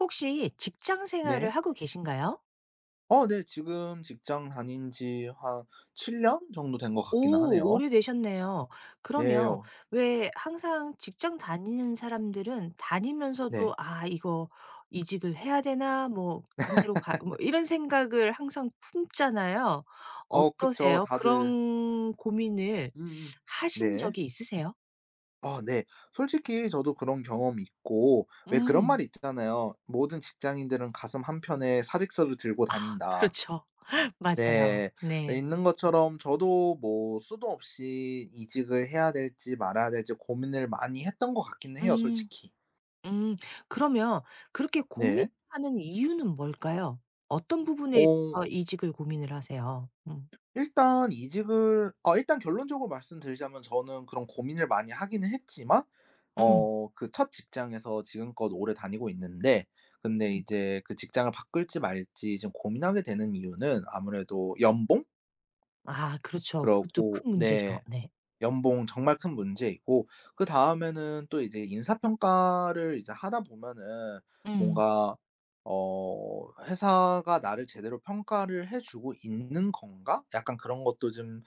혹시 직장 네. 생활을 하고 계신가요? 어 네. 지금 직장 다닌 지 한 7년 정도 된 것 같기는 오, 하네요. 오래되셨네요. 네. 그러면 어 왜 항상 직장 다니는 사람들은 네. 다니면서도 '아 이거 이직을 해야 되나? 뭐 반대로 가 뭐' 이런 생각을 항상 품잖아요. 어 그쵸. 어떠세요? 다들 그런 고민을 음음. 하신 네. 적이 있으세요? 아 네. 솔직히 저도 그런 경험이 있고 왜 그런 음. 말이 있잖아요. "모든 직장인들은 가슴 한켠에 사직서를 들고 아 다닌다." 그렇죠. 맞아요. 네. 네. 있는 것처럼 저도 뭐 수도 없이 이직을 해야 될지 말아야 될지 고민을 많이 했던 것 같기는 해요, 음. 솔직히. 음. 그러면 그렇게 네. 고민하는 이유는 뭘까요? 어떤 부분에 어 의해서 이직을 고민을 하세요? 일단 이직을 아 일단 결론적으로 말씀드리자면 저는 그런 고민을 많이 하기는 했지만 음. 어 그 첫 직장에서 지금껏 오래 다니고 있는데 근데 음. 이제 그 직장을 바꿀지 말지 지금 고민하게 되는 이유는 아무래도 연봉? 아 그렇죠. 그것도 그러고 큰 문제죠. 네. 네. 연봉 정말 큰 문제이고 그다음에는 또 이제 인사평가를 이제 하다 보면은 음. 뭔가 어 '회사가 나를 제대로 평가를 해 주고 있는 건가?' 약간 그런 것도 좀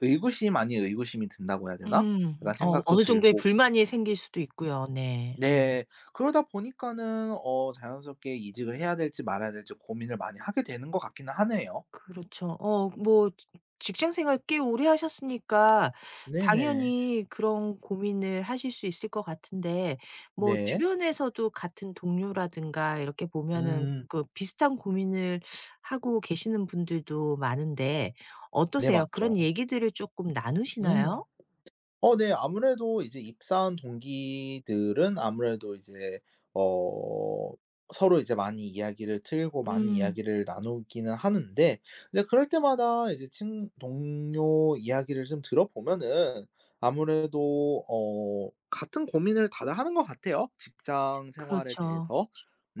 의구심 아닌 의구심이 든다고 해야 되나? 음. 약간 어 생각도 어느 정도의 들고 불만이 생길 수도 있고요. 네. 음. 네. 그러다 보니까는 어 자연스럽게 이직을 해야 될지 말아야 될지 고민을 많이 하게 되는 것 같기는 하네요. 그렇죠. 직장 생활 꽤 오래 하셨으니까 네네. 당연히 그런 고민을 하실 수 있을 것 같은데 뭐 네. 주변에서도 같은 동료라든가 이렇게 보면은 음. 그 비슷한 고민을 하고 계시는 분들도 많은데 네 어떠세요? 맞죠. 그런 얘기들을 조금 음. 나누시나요? 어 네. 아무래도 이제 입사한 동기들은 아무래도 이제 어 서로 이제 많이 이야기를 틀고 많은 음. 이야기를 나누기는 하는데 이제 그럴 때마다 이제 친 동료 이야기를 좀 들어보면은 아무래도 어 같은 고민을 다들 하는 것 같아요, 직장 생활에 그렇죠. 대해서.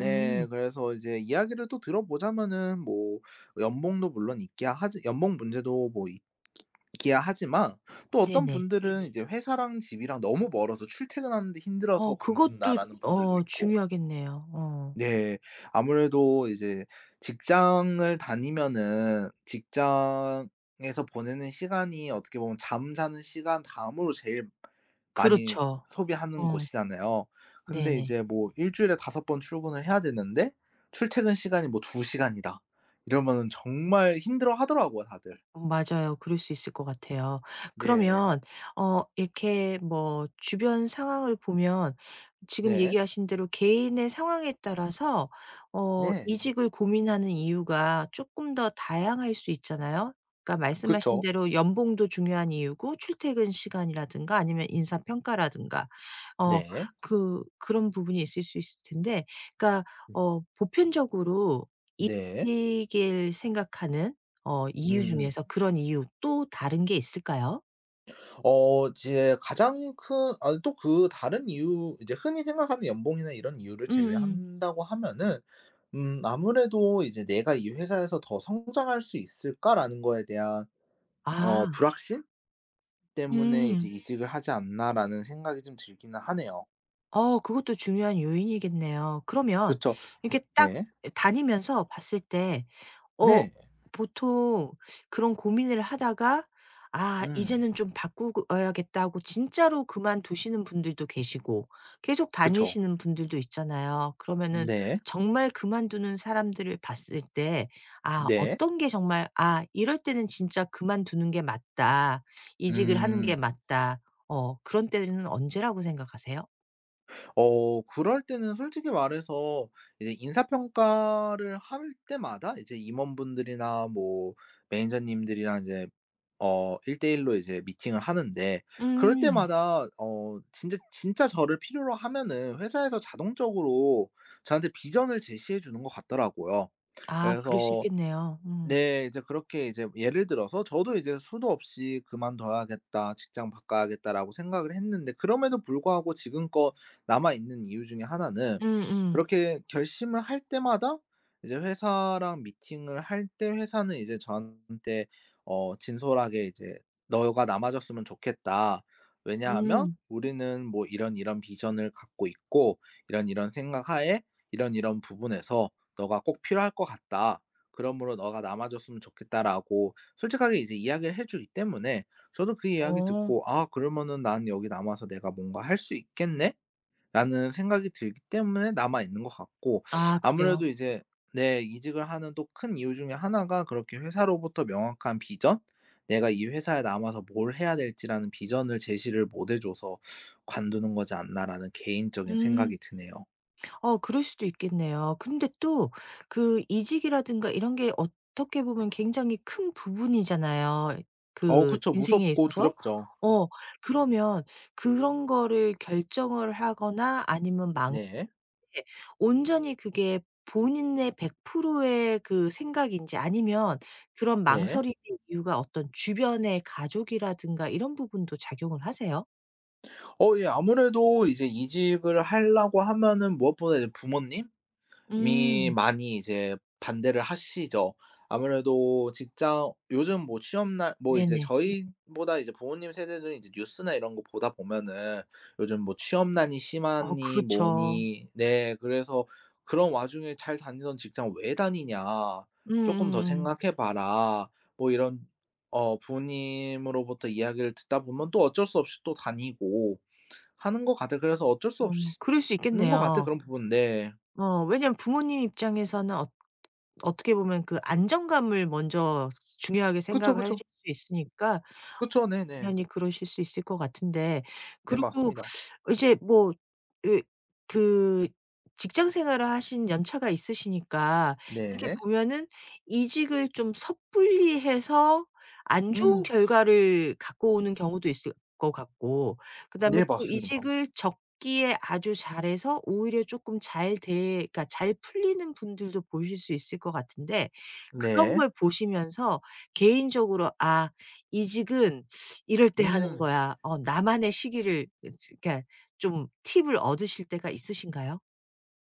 음. 그래서 이제 이야기를 또 들어보자면은 뭐 연봉도 물론 있기야 하지 연봉 문제도 뭐 있기야 하지만 또 어떤 네네. 분들은 이제 회사랑 집이랑 너무 멀어서 출퇴근하는데 힘들어서 어 그것도 관둔다라는 분들도 어 있고. 중요하겠네요. 어. 네. 아무래도 이제 직장을 다니면은 직장에서 보내는 시간이 어떻게 보면 잠자는 시간 다음으로 제일 많이 그렇죠. 소비하는 어. 곳이잖아요. 근데 네네. 이제 뭐 일 주일에 다섯 번 출근을 해야 되는데 출퇴근 시간이 뭐 두 시간이다. 이러면은 정말 힘들어하더라고요 다들. 어 맞아요. 그럴 수 있을 것 같아요. 네. 그러면 어 이렇게 뭐 주변 상황을 보면 지금 네. 얘기하신 대로 개인의 상황에 따라서 어 네. 이직을 고민하는 이유가 조금 더 다양할 수 있잖아요. 그러니까 말씀하신 그쵸. 대로 연봉도 중요한 이유고 출퇴근 시간이라든가 아니면 인사 평가라든가 어 네. 그 그런 부분이 있을 수 있을 텐데 그러니까 어 보편적으로 네. 이직을 생각하는 어 이유 음 중에서 그런 이유 또 다른 게 있을까요? 어 이제 가장 큰 아 또 그 다른 이유 이제 흔히 생각하는 연봉이나 이런 이유를 음음. 제외한다고 하면은 아무래도 이제 '내가 이 회사에서 더 성장할 수 있을까?'라는 거에 대한 어 아. 불확실 때문에 이제 음. '이직을 하지 않나.'라는 생각이 좀 들기는 하네요. 어 그것도 중요한 요인이겠네요. 그러면 그쵸. 이렇게 딱 네. 다니면서 봤을 때 어 네. 보통 그런 고민을 하다가 '아 음. 이제는 좀 바꾸어야겠다.' 하고 진짜로 그만두시는 분들도 계시고 계속 그쵸. 다니시는 분들도 있잖아요. 그러면은 네. 정말 그만두는 사람들을 봤을 때 아 네. 어떤 게 정말 '아 이럴 때는 진짜 그만두는 게 맞다. 이직을 하는 게 음. 맞다.' 어 그런 때는 언제라고 생각하세요? 어 그럴 때는 솔직히 말해서 이제 인사평가를 할 때마다 이제 임원분들이나 뭐 매니저님들이랑 이제 어1일로 이제 미팅을 하는데 그럴 음. 때마다 어 진짜 진짜 저를 필요로 하면은 회사에서 자동적으로 저한테 비전을 제시해 주는 것 같더라고요. 아 그럴 수 그래서 있겠네요. 음. 네. 이제 그렇게 이제 예를 들어서 저도 이제 수도 없이 '그만둬야겠다. 직장 바꿔야겠다.'라고 생각을 했는데 그럼에도 불구하고 지금껏 남아 있는 이유 중에 하나는 음음. 그렇게 결심을 할 때마다 이제 회사랑 미팅을 할 때 회사는 이제 저한테 어 진솔하게 이제 "너가 남아줬으면 좋겠다. 왜냐하면 음. 우리는 뭐 이런 이런 비전을 갖고 있고 이런 이런 생각 하에 이런 이런 부분에서 너가 꼭 필요할 것 같다." 그러므로 너가 남아줬으면 좋겠다라고 솔직하게 이제 이야기를 해 주기 때문에 저도 그 이야기 어. 듣고 '아 그러면은 난 여기 남아서 내가 뭔가 할 수 있겠네.'라는 생각이 들기 때문에 남아 있는 것 같고 아 아무래도 그래요. 이제 네 이직을 하는 또 큰 이유 중에 하나가 그렇게 회사로부터 명확한 비전? 내가 이 회사에 남아서 뭘 해야 될지라는 비전을 제시를 못해 줘서 '관두는 거지 않나.'라는 개인적인 생각이 음. 드네요. 어 그럴 수도 있겠네요. 근데 또 그 이직이라든가 이런 게 어떻게 보면 굉장히 큰 부분이잖아요. 어 그 그쵸. 인생에 무섭고 있어서. 두렵죠. 어 그러면 그런 거를 결정을 하거나 아니면 망 네. 예. 온전히 그게 본인의 100%의 그 생각인지 아니면 그런 네. 망설임의 이유가 어떤 주변의 가족이라든가 이런 부분도 작용을 하세요? 어 예. 아무래도 이제 이직을 하려고 하면은 무엇보다 이제 부모님이 음. 많이 이제 반대를 하시죠. 아무래도 직장 요즘 뭐 취업날 뭐 이제 네네. 저희보다 이제 부모님 세대들은 이제 뉴스나 이런 거 보다 보면은 요즘 뭐 취업난이 어 심하니 그렇죠. 뭐니 네 그래서 "그런 와중에 잘 다니던 직장 왜 다니냐. 조금 더 음음음. 생각해 봐라." 뭐 이런 어 부모님으로부터 이야기를 듣다 보면 또 어쩔 수 없이 또 다니고 하는 것 같아요. 그래서 어쩔 수 어 없이 그럴 수 는것 같아요, 있겠네요. 그런 부분 네. 어 왜냐면 부모님 입장에서는 어 어떻게 보면 그 안정감을 먼저 중요하게 그쵸, 생각을 하실 그쵸. 수 있으니까 그쵸. 네네. 당연히 그러실 수 있을 것 같은데 네 그리고 맞습니다. 이제 뭐 으, 그 직장 생활을 하신 연차가 있으시니까 이렇게 네. 보면은 이직을 좀 섣불리 해서 안 좋은 음. 결과를 갖고 오는 경우도 있을 것 같고 그다음에 네 또 맞습니다. 이직을 적기에 아주 잘해서 오히려 조금 잘 돼 그러니까 잘 풀리는 분들도 보실 수 있을 것 같은데 그런 네. 걸 보시면서 개인적으로 '아 이직은 이럴 때 하는 음. 거야. 어 나만의 시기를 그 그러니까 좀 팁을 얻으실 때가 있으신가요?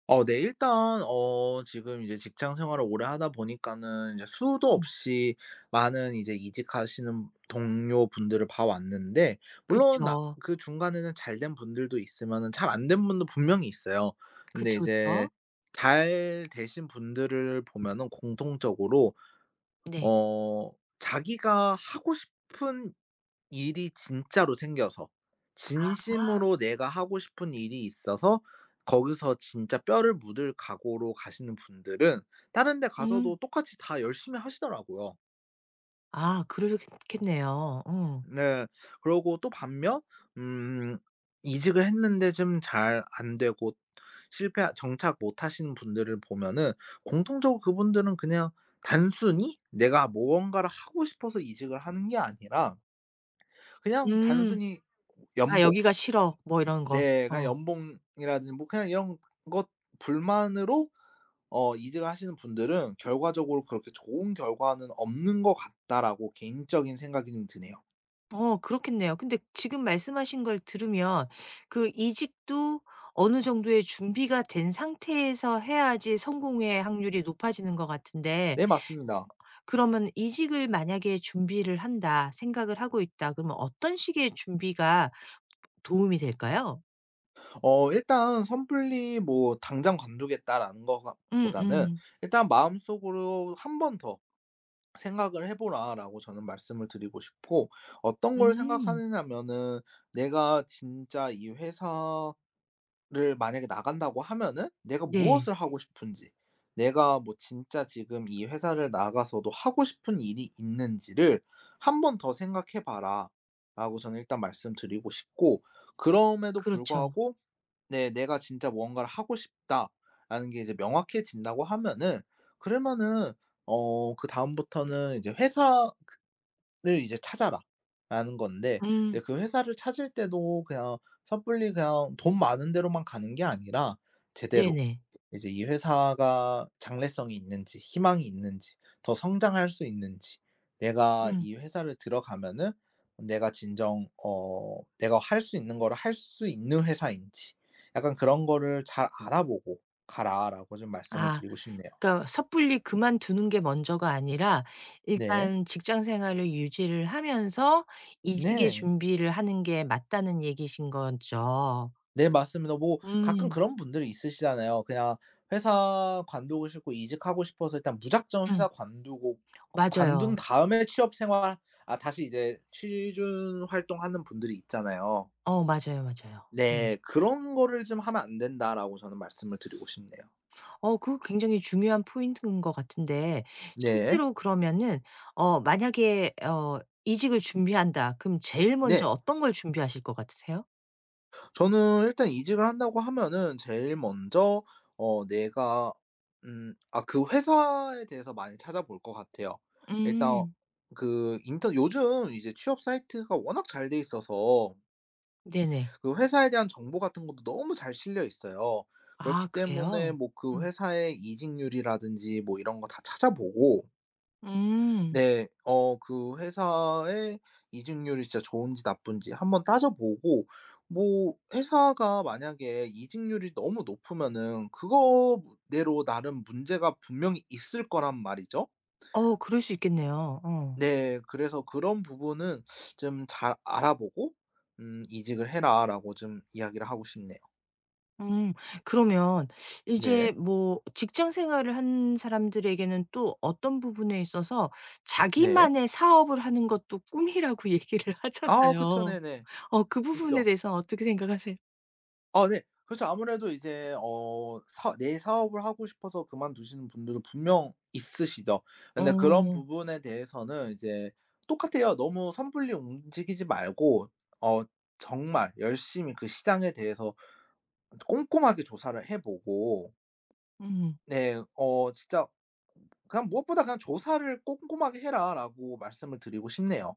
어 네 일단 어 지금 이제 직장 생활을 오래 하다 보니까는 이제 수도 음. 없이 많은 이제 이직하시는 동료분들을 봐 왔는데 물론 나 그쵸. 그 중간에는 잘된 분들도 있으면은 잘 안된 분도 분명히 있어요. 근데 그쵸, 이제 그쵸. 잘 되신 분들을 보면은 공통적으로 네. 어 자기가 하고 싶은 일이 진짜로 생겨서 진심으로 내가 하고 싶은 일이 있어서 거기서 진짜 뼈를 묻을 각오로 가시는 분들은 다른 데 가서도 음. 똑같이 다 열심히 하시더라고요. 아 그러겠네요. 네. 그러고 또 반면 음 이직을 했는데 좀 잘 안 되고 실패 정착 못 하시는 분들을 보면은 공통적으로 그분들은 그냥 단순히 내가 무언가를 하고 싶어서 이직을 하는 게 아니라 그냥 음. 단순히 "아 연봉, 여기가 싫어." 뭐 이런 거. 내가 어. 연봉이라든지 뭐 그냥 이런 것 불만으로 어 이직을 하시는 분들은 결과적으로 그렇게 '좋은 결과는 없는 것 같다.'라고 개인적인 생각이 좀 드네요. 어 그렇겠네요. 근데 지금 말씀하신 걸 들으면 그 이직도 어느 정도의 준비가 된 상태에서 해야지 성공의 확률이 높아지는 것 같은데 네 맞습니다. 그러면 이직을 만약에 준비를 한다 생각을 하고 있다 그러면 어떤 식의 준비가 도움이 될까요? 어 일단 선불리 뭐 '당장 관두겠다.'라는 거 보다는 음음. 일단 마음속으로 '한 번 더 생각을 해 보라.'라고 저는 말씀을 드리고 싶고 어떤 걸 음. 생각하느냐면은 '내가 진짜 이 회사 를 만약에 나간다고 하면은 내가 네. 무엇을 하고 싶은지, 내가 뭐 진짜 지금 이 회사를 나가서도 하고 싶은 일이 있는지를 '한 번 더 생각해 봐라.'라고 저는 일단 말씀드리고 싶고 그럼에도 그렇죠. 불구하고 네 '내가 진짜 무언가를 하고 싶다.'라는 게 이제 명확해진다고 하면은 그러면은 어 그다음부터는 이제 회사 이제 찾아라라는 건데 이제 음. 그 회사를 찾을 때도 그냥 섣불리 그냥 돈 많은 데로만 가는 게 아니라 제대로 네네. 이제 이 회사가 장래성이 있는지 희망이 있는지 더 성장할 수 있는지 내가 음. 이 회사를 들어가면은 내가 진정 어 내가 할 수 있는 거를 할 수 있는 회사인지 약간 그런 거를 잘 알아보고 가라라고 좀 말씀을 아 드리고 싶네요. 그러니까 섣불리 그만두는 게 먼저가 아니라 네. 일단 직장 생활을 유지를 하면서 이직의 네. 준비를 하는 게 맞다는 얘기신 거죠. 네 맞습니다. 뭐 가끔 음. 그런 분들이 있으시잖아요. 그냥 회사 관두고 싶고 이직하고 싶어서 일단 무작정 회사 음. 관두고 관둔 맞아요. 다음에 취업 생활 아 다시 이제 취준 활동하는 분들이 있잖아요. 어 맞아요, 맞아요. 음. 네. '그런 거를 좀 하면 안 된다.'라고 저는 말씀을 드리고 싶네요. 어 그거 굉장히 중요한 포인트인 것 같은데 네. 실제로 그러면은 어 만약에 어 이직을 준비한다. 그럼 제일 먼저 네. 어떤 걸 준비하실 것 같으세요? 저는 일단 이직을 한다고 하면은 제일 먼저 어 내가 아 그 회사에 대해서 많이 찾아볼 것 같아요. 일단 음. 그 인턴 요즘 이제 취업 사이트가 워낙 잘 돼 있어서 네네. 그 회사에 대한 정보 같은 것도 너무 잘 실려 있어요. 그렇기 아 때문에 그래요? 뭐 그 음. 회사의 이직률이라든지 뭐 이런 거 다 찾아보고 음. 네. 어 그 회사의 이직률이 진짜 좋은지 나쁜지 한번 따져 보고 뭐 회사가 만약에 이직률이 너무 높으면은 그거대로 나름 문제가 분명히 있을 거란 말이죠. 어 그럴 수 있겠네요. 어. 네. 그래서 그런 부분은 좀 잘 알아보고 "이직을 해라."라고 좀 이야기를 하고 싶네요. 음. 그러면 네. 이제 뭐 직장 생활을 한 사람들에게는 또 어떤 부분에 있어서 네. 자기만의 사업을 하는 것도 꿈이라고 얘기를 아 그쵸. 하잖아요. 네네. 어 그 부분에 있죠. 대해서는 어떻게 생각하세요? 아 네. 그렇죠. 아무래도 이제 어 사 내 사업을 하고 싶어서 그만두시는 분들도 분명 있으시죠. 근데 그런 어. 부분에 대해서는 이제 똑같아요. 너무 섣불리 움직이지 말고 어 정말 열심히 그 시장에 대해서 꼼꼼하게 조사를 해 보고 음. 네 어 진짜 그냥 무엇보다 그냥 "조사를 꼼꼼하게 해라."라고 말씀을 드리고 싶네요.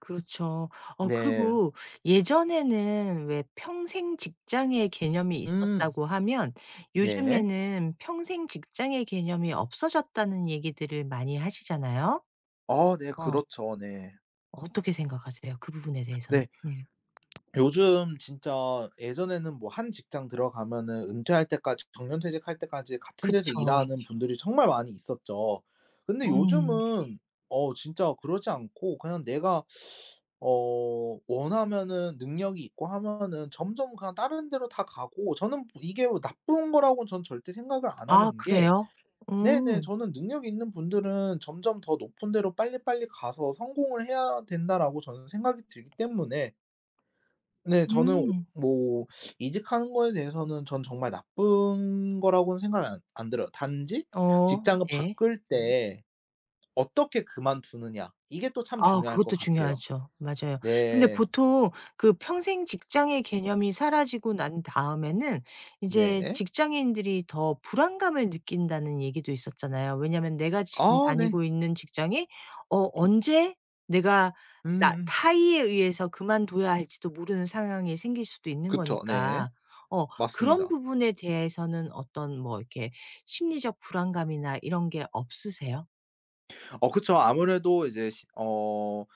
그렇죠. 어 네. 그리고 예전에는 왜 평생 직장의 개념이 음. 있었다고 하면 네. 요즘에는 평생 직장의 개념이 없어졌다는 얘기들을 많이 하시잖아요. 아 네 어. 그렇죠. 네. 어떻게 생각하세요? 그 부분에 대해서는? 네. 음. 요즘 진짜 예전에는 뭐 한 직장 들어가면은 은퇴할 때까지 정년퇴직할 때까지 같은 데서 그쵸. 일하는 분들이 정말 많이 있었죠. 근데 음. 요즘은 어 진짜 그러지 않고 그냥 내가 어 원하면은 능력이 있고 하면은 점점 그냥 다른 데로 다 가고 저는 이게 뭐 나쁜 거라고는 저는 절대 생각을 안 아 하는 게 그래요? 네네 음. 저는 '능력 있는 분들은 점점 더 높은 데로 빨리빨리 가서 성공을 해야 된다.'라고 저는 생각이 들기 때문에 네. 저는 음. 뭐 이직하는 거에 대해서는 전 정말 나쁜 거라고는 생각안안 들어요. 단지 어 직장을 네. 바꿀 때 어떻게 그만두느냐 이게 또 참 아 중요할 것 그것도 같아요. 중요하죠. 맞아요. 근데 네. 보통 그 평생 직장의 개념이 사라지고 난 다음에는 이제 네. 직장인들이 더 불안감을 느낀다는 얘기도 있었잖아요. 왜냐면 내가 지금 아 네. 다니고 있는 직장이 어 언제 내가 나 음음. 타의에 의해서 그만둬야 할지도 모르는 상황이 생길 수도 있는 그쵸. 네. 거니까. 어 그런 맞습니다. 부분에 대해서는 어떤 뭐 이렇게 심리적 불안감이나 이런 게 없으세요? 어 그쵸. 아무래도 이제 시어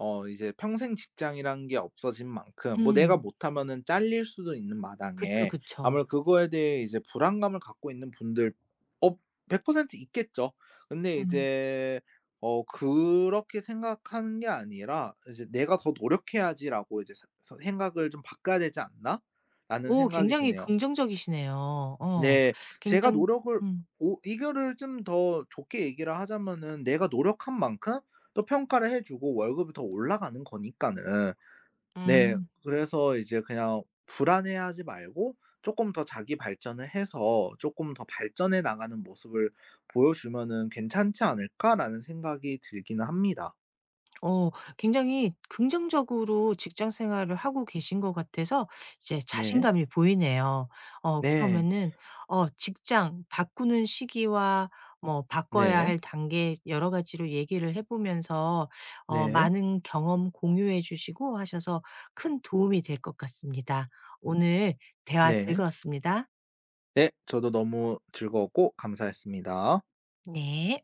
어 이제 평생 직장이란 게 없어진 만큼 뭐 내가 음. 못하면은 잘릴 수도 있는 그쵸, 마당에 그쵸. 아무래도 그거에 대해 이제 불안감을 갖고 있는 분들 어 100% 있겠죠. 근데 음. 이제 어 그렇게 생각하는 게 아니라 이제 '내가 더 노력해야지.'라고 이제 사 서 '생각을 좀 바꿔야 되지 않나?'라는 오 생각이 굉장히 드네요. 긍정적이시네요. 어. 네. 제가 굉장히 노력을 음. 오 이거를 좀 더 좋게 얘기를 하자면은 내가 노력한 만큼 또 평가를 해 주고 월급이 더 올라가는 거니까는. 네. 음. 그래서 이제 그냥 불안해하지 말고 쪼끔 더 자기 발전을 해서 쪼끔 더 발전해 나가는 모습을 보여주면은 '괜찮지 않을까.'라는 생각이 들기는 합니다. 어 굉장히 긍정적으로 직장 생활을 하고 계신 것 같아서 이제 네. 자신감이 보이네요. 어 네. 그러면은 어 직장 바꾸는 시기와 뭐 바꿔야 네. 할 단계 여러 가지로 얘기를 해 보면서 어 네. 많은 경험 공유해 주시고 하셔서 큰 도움이 될 것 같습니다. 오늘 대화 네. 즐거웠습니다. 네. 저도 너무 즐거웠고 감사했습니다. 네.